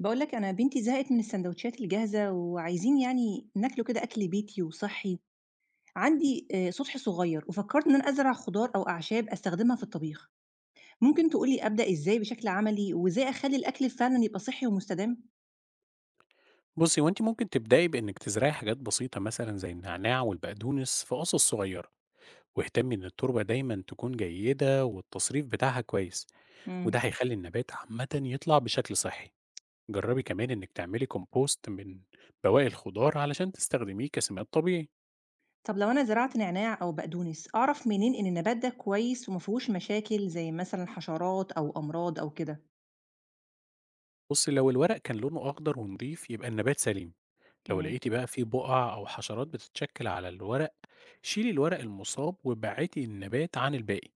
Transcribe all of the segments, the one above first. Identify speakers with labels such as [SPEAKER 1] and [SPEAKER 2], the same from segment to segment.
[SPEAKER 1] باقول لك أنا بنتي زهقت من السندوتشات الجاهزة وعايزين يعني ناكله كده أكل بيتي وصحّي. عندي سطح صغير وفكّرت إن أنا أزرع خضار أو أعشاب أستخدمها في الطبيخ. ممكن تقول لي أبدأ إزاي بشكل عملي وإزاي أخلّي الأكل فعلًا يبقى صحّي ومستدام؟
[SPEAKER 2] بصي، وانت ممكن تبدأي بإنك تزرعي حاجات بسيطة مثلا زي النعناع والبقدونس في قصص صغيرة، واهتمي إن التربة دايما تكون جيدة والتصريف بتاعها كويس.
[SPEAKER 1] إمم.
[SPEAKER 2] وده هيخلي النبات عامة يطلع بشكل صحي. جربي كمان إنك تعملي كومبوست من بواقي الخضار علشان تستخدميه كسماد طبيعي.
[SPEAKER 1] طب لو أنا زرعت نعناع أو بقدونس، أعرف منين إن النبات ده كويس وما فيهوش مشاكل زي مثلًا حشرات أو أمراض أو كده؟
[SPEAKER 2] بصي، لو الورق كان لونه أخضر ونضيف يبقى النبات سليم. لو
[SPEAKER 1] إمم.
[SPEAKER 2] لقيتي بقى فيه بقع أو حشرات بتتشكل على الورق، شيلي الورق المصاب وبعتي النبات عن الباقي.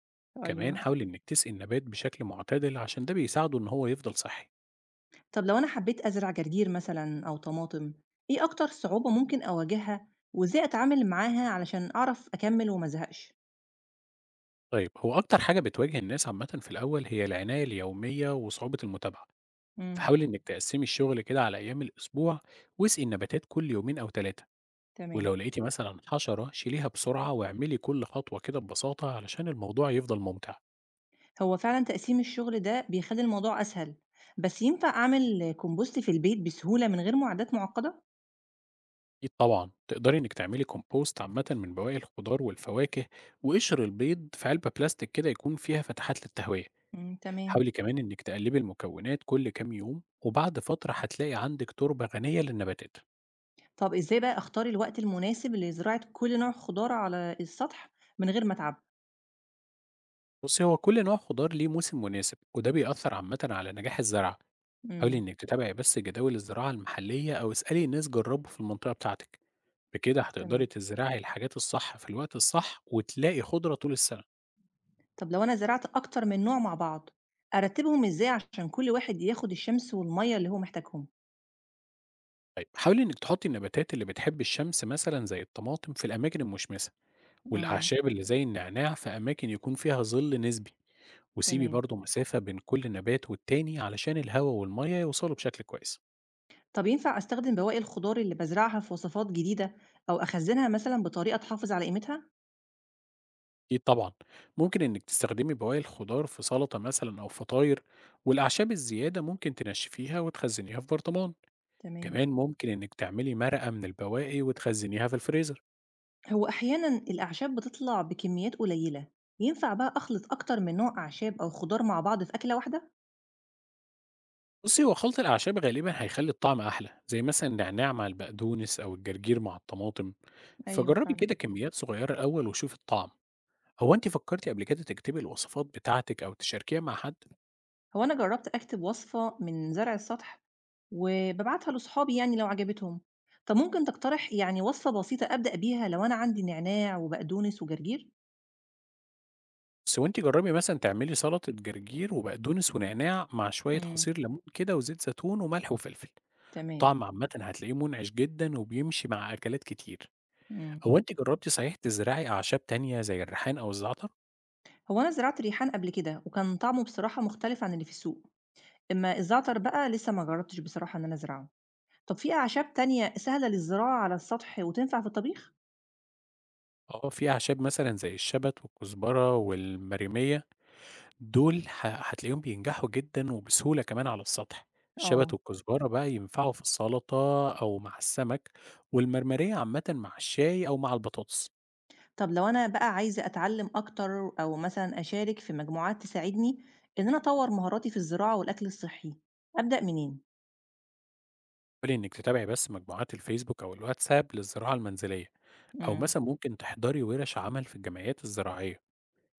[SPEAKER 2] كمان
[SPEAKER 1] أيوه.
[SPEAKER 2] حاولي انك تسقي النبات بشكل معتدل عشان ده بيساعده ان هو يفضل صحي.
[SPEAKER 1] طب لو أنا حبيت أزرع جرجير مثلًا أو طماطم، إيه أكتر صعوبة ممكن أواجهها، وإزاي أتعامل معاها علشان أعرف أكمل وما أزهقش؟
[SPEAKER 2] طيب، هو اكتر حاجه بتواجه الناس عامه في الاول هي العنايه اليوميه وصعوبه المتابعه،
[SPEAKER 1] إمم،
[SPEAKER 2] فحاولي انك تقسمي الشغل كده على ايام الاسبوع، واسقي النباتات كل يومين او ثلاثه.
[SPEAKER 1] تمام.
[SPEAKER 2] ولو لقيتي مثلا حشره شيليها بسرعه، واعملي كل خطوه كده ببساطه علشان الموضوع يفضل ممتع.
[SPEAKER 1] هو فعلًا تقسيم الشغل ده بيخلّي الموضوع أسهل، بس ينفع أعمل كومبوست في البيت بسهولة من غير معدات معقدة؟
[SPEAKER 2] أكيد طبعًا، تقدري إنِّك تعملي compost عامةً من بواقي الخضار والفواكه وقشر البيض في علبة بلاستيك كده يكون فيها فتحات للتهوية،
[SPEAKER 1] إمم، تمام.
[SPEAKER 2] حاولي كمان إنِّك تقلبي المكونات كل كام يوم، وبعد فترة هتلاقي عندِك تربة غنية للنباتات.
[SPEAKER 1] طب إزاي بقى أختار الوقت المناسب لزراعة كل نوع خضار على السطح من غير ما أتعب؟
[SPEAKER 2] بُصّي، هو كل نوع خضار ليه موسم مناسب، وده بيأثّر عامةً على نجاح الزرعة. حاولي
[SPEAKER 1] إمم،
[SPEAKER 2] إنِّك تتابعي بس جداول الزراعة المحلية أو اسألي ناس جرّبوا في المنطقة بتاعتِك، بكده هتقدري
[SPEAKER 1] تمام.
[SPEAKER 2] تزرعي الحاجات الصح في الوقت الصح وتلاقي خضرة طول السنة.
[SPEAKER 1] طب لو أنا زرعت أكتر من نوع مع بعض، أرتبهم إزاي عشان كل واحد ياخد الشمس والمية اللي هو محتاجهم؟
[SPEAKER 2] طيب، حاولي إنِك تحطي النباتات اللي بتحب الشمس مثلا زي الطماطم في الأماكن المشمسة،
[SPEAKER 1] امم.
[SPEAKER 2] والأعشاب اللي زي النعناع في أماكن يكون فيها ظل نسبي. وسيبي
[SPEAKER 1] تمام.
[SPEAKER 2] برضه مسافة بين كل نبات والتاني علشان الهواء والمية يوصلوا بشكل كويس.
[SPEAKER 1] طب ينفع أستخدم بواقي الخضار اللي بزرعها في وصفات جديدة أو أخزنها مثلا بطريقة تحافظ على قيمتها؟
[SPEAKER 2] أكيد طبعا، ممكن إنك تستخدمي بواقي الخضار في سلطة مثلا أو فطاير، والأعشاب الزيادة ممكن تنشفيها وتخزنيها في برطمان.
[SPEAKER 1] تمام.
[SPEAKER 2] كمان ممكن إنك تعملي مرقة من البواقي وتخزنيها في الفريزر.
[SPEAKER 1] هو أحيانا الأعشاب بتطلع بكميات قليلة، ينفع بقى أخلط أكتر من نوع أعشاب أو خضار مع بعض في أكلة واحدة؟
[SPEAKER 2] بُصّي، هو خلْط الأعشاب غالبًا هيخلّي الطعم أحلى، زي مثلًا النعناع مع البقدونس أو الجرجير مع الطماطم،
[SPEAKER 1] ايوه
[SPEAKER 2] فجرّبي
[SPEAKER 1] فعلا.
[SPEAKER 2] كده كميات صغيّرة الأول وشوفي الطعم. هو أنتِ فكّرتِ قبل كده تكتبي الوصفات بتاعتِك أو تشاركيها مع حد؟
[SPEAKER 1] هو أنا جرّبت أكتب وصفة من زرع السطح، وبابعتها لصحابي يعني لو عجبتهم، طب ممكن تقترح يعني وصفة بسيطة أبدأ بيها لو أنا عندي نعناع وبقدونس وجرجير؟
[SPEAKER 2] بس هو أنتِ جرّبي مثلًا تعملي سلطة جرجير وبقدونس ونعناع مع شوية
[SPEAKER 1] امم،
[SPEAKER 2] عصير ليمون كده وزيت زيتون وملح وفلفل،
[SPEAKER 1] تمام،
[SPEAKER 2] الطعم عامةً هتلاقيه منعش جدًا وبيمشي مع أكلات كتير.
[SPEAKER 1] امم.
[SPEAKER 2] هو أنتِ جرّبتِ صحيح تزرعي أعشاب تانية زي الريحان أو الزعتر؟
[SPEAKER 1] هو أنا زرعت ريحان قبل كده، وكان طعمه بصراحة مختلف عن اللي في السوق، أمّا الزعتر بقى لسه ما جرّبتش بصراحة إن أنا أزرعه. طب في أعشاب تانية سهلة للزراعة على السطح وتنفع في الطبيخ؟
[SPEAKER 2] آه، في أعشاب مثلًا زي الشبت والكزبرة والمريمية دول هتلاقيهم بينجحوا جدًا وبسهولة كمان على السطح. الشبت
[SPEAKER 1] آه.
[SPEAKER 2] والكزبرة بقى ينفعوا في السلطة أو مع السمك، والمرمرية عامةً مع الشاي أو مع البطاطس.
[SPEAKER 1] طب لو أنا بقى عايزة أتعلم أكتر أو مثلًا أشارك في مجموعات تساعدني إن أنا أطوّر مهاراتي في الزراعة والأكل الصحّي، أبدأ منين؟
[SPEAKER 2] حاولي إنِّك تتابعي بس مجموعات الفيسبوك أو الواتساب للزراعة المنزلية، أو
[SPEAKER 1] امم.
[SPEAKER 2] مثلًا ممكن تحضري ورش عمل في الجمعيات الزراعية.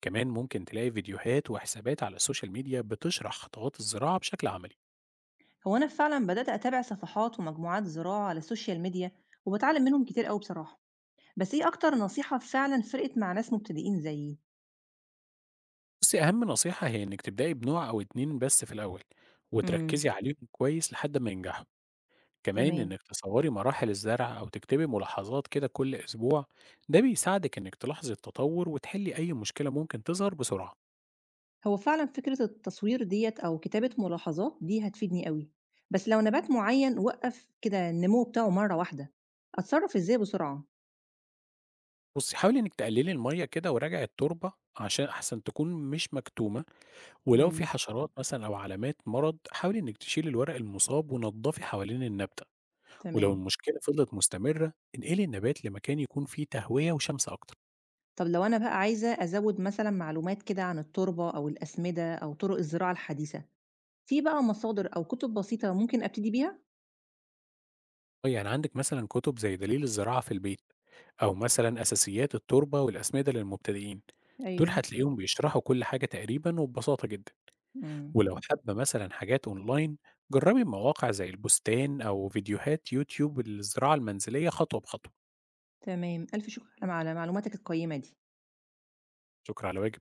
[SPEAKER 2] كمان ممكن تلاقي فيديوهات وحسابات على السوشيال ميديا بتشرح خطوات الزراعة بشكل عملي.
[SPEAKER 1] هو أنا فعلًا بدأت أتابع صفحات ومجموعات زراعة على السوشيال ميديا وباتعلم منهم كتير أوي بصراحة، بس إيه أكتر نصيحة فعلًا فرقت مع ناس مبتدئين زيي؟
[SPEAKER 2] بُصّي، أهم نصيحة هي إنِّك تبدئي بنوع أو 2 بس في الأول،
[SPEAKER 1] امم.
[SPEAKER 2] وتركّزي عليهم كويس لحد ما ينجحوا. كمان
[SPEAKER 1] تمام.
[SPEAKER 2] إنِّك تصوّري مراحل الزرع أو تكتبي ملاحظات كده كل أسبوع، ده بيساعدِك إنِّك تلاحظي التطور وتحلّي أي مشكلة ممكن تظهر بسرعة.
[SPEAKER 1] هو فعلًا فكرة التصوير ديّة أو كتابة ملاحظات دي هتفيدني أوي، بس لو نبات معيّن وقّف كده النمو بتاعه مرّة واحدة، أتصرّف إزاي بسرعة؟
[SPEAKER 2] بُصّي، حاولي إنِّك تقلّلي المَيّة كده وراجعي التربة عشان أحسن تكون مش مكتومة، ولو في
[SPEAKER 1] امم.
[SPEAKER 2] حشرات مثلًا أو علامات مرض، حاولي إنِّك تشيلي الورق المصاب ونضّفي حوالين النبتة. ولو
[SPEAKER 1] تمام.
[SPEAKER 2] المشكلة فضلت مستمرة، انقلي النبات لمكان يكون فيه تهوية وشمس أكتر.
[SPEAKER 1] طب لو أنا بقى عايزة أزوّد مثلًا معلومات كده عن التربة أو الأسمدة أو طُرق الزراعة الحديثة، في بقى مصادر أو كُتب بسيطة ممكن أبتدي بيها؟
[SPEAKER 2] آه، يعني عندك مثلا كتب زي دليل الزراعة في البيت، أو مثلا أساسيات التربة والأسمدة للمبتدئين، دول
[SPEAKER 1] أيوه.
[SPEAKER 2] هتلاقيهم بيشرحوا كل حاجة تقريبا وببساطة جدا.
[SPEAKER 1] إمم،
[SPEAKER 2] ولو حابة مثلا حاجات أونلاين، جربي مواقع زي البستان أو فيديوهات يوتيوب للزراعة المنزلية خطوة بخطوة.
[SPEAKER 1] تمام، ألف شكر على معلوماتك القيّمة دي.
[SPEAKER 2] شكرا، على واجب.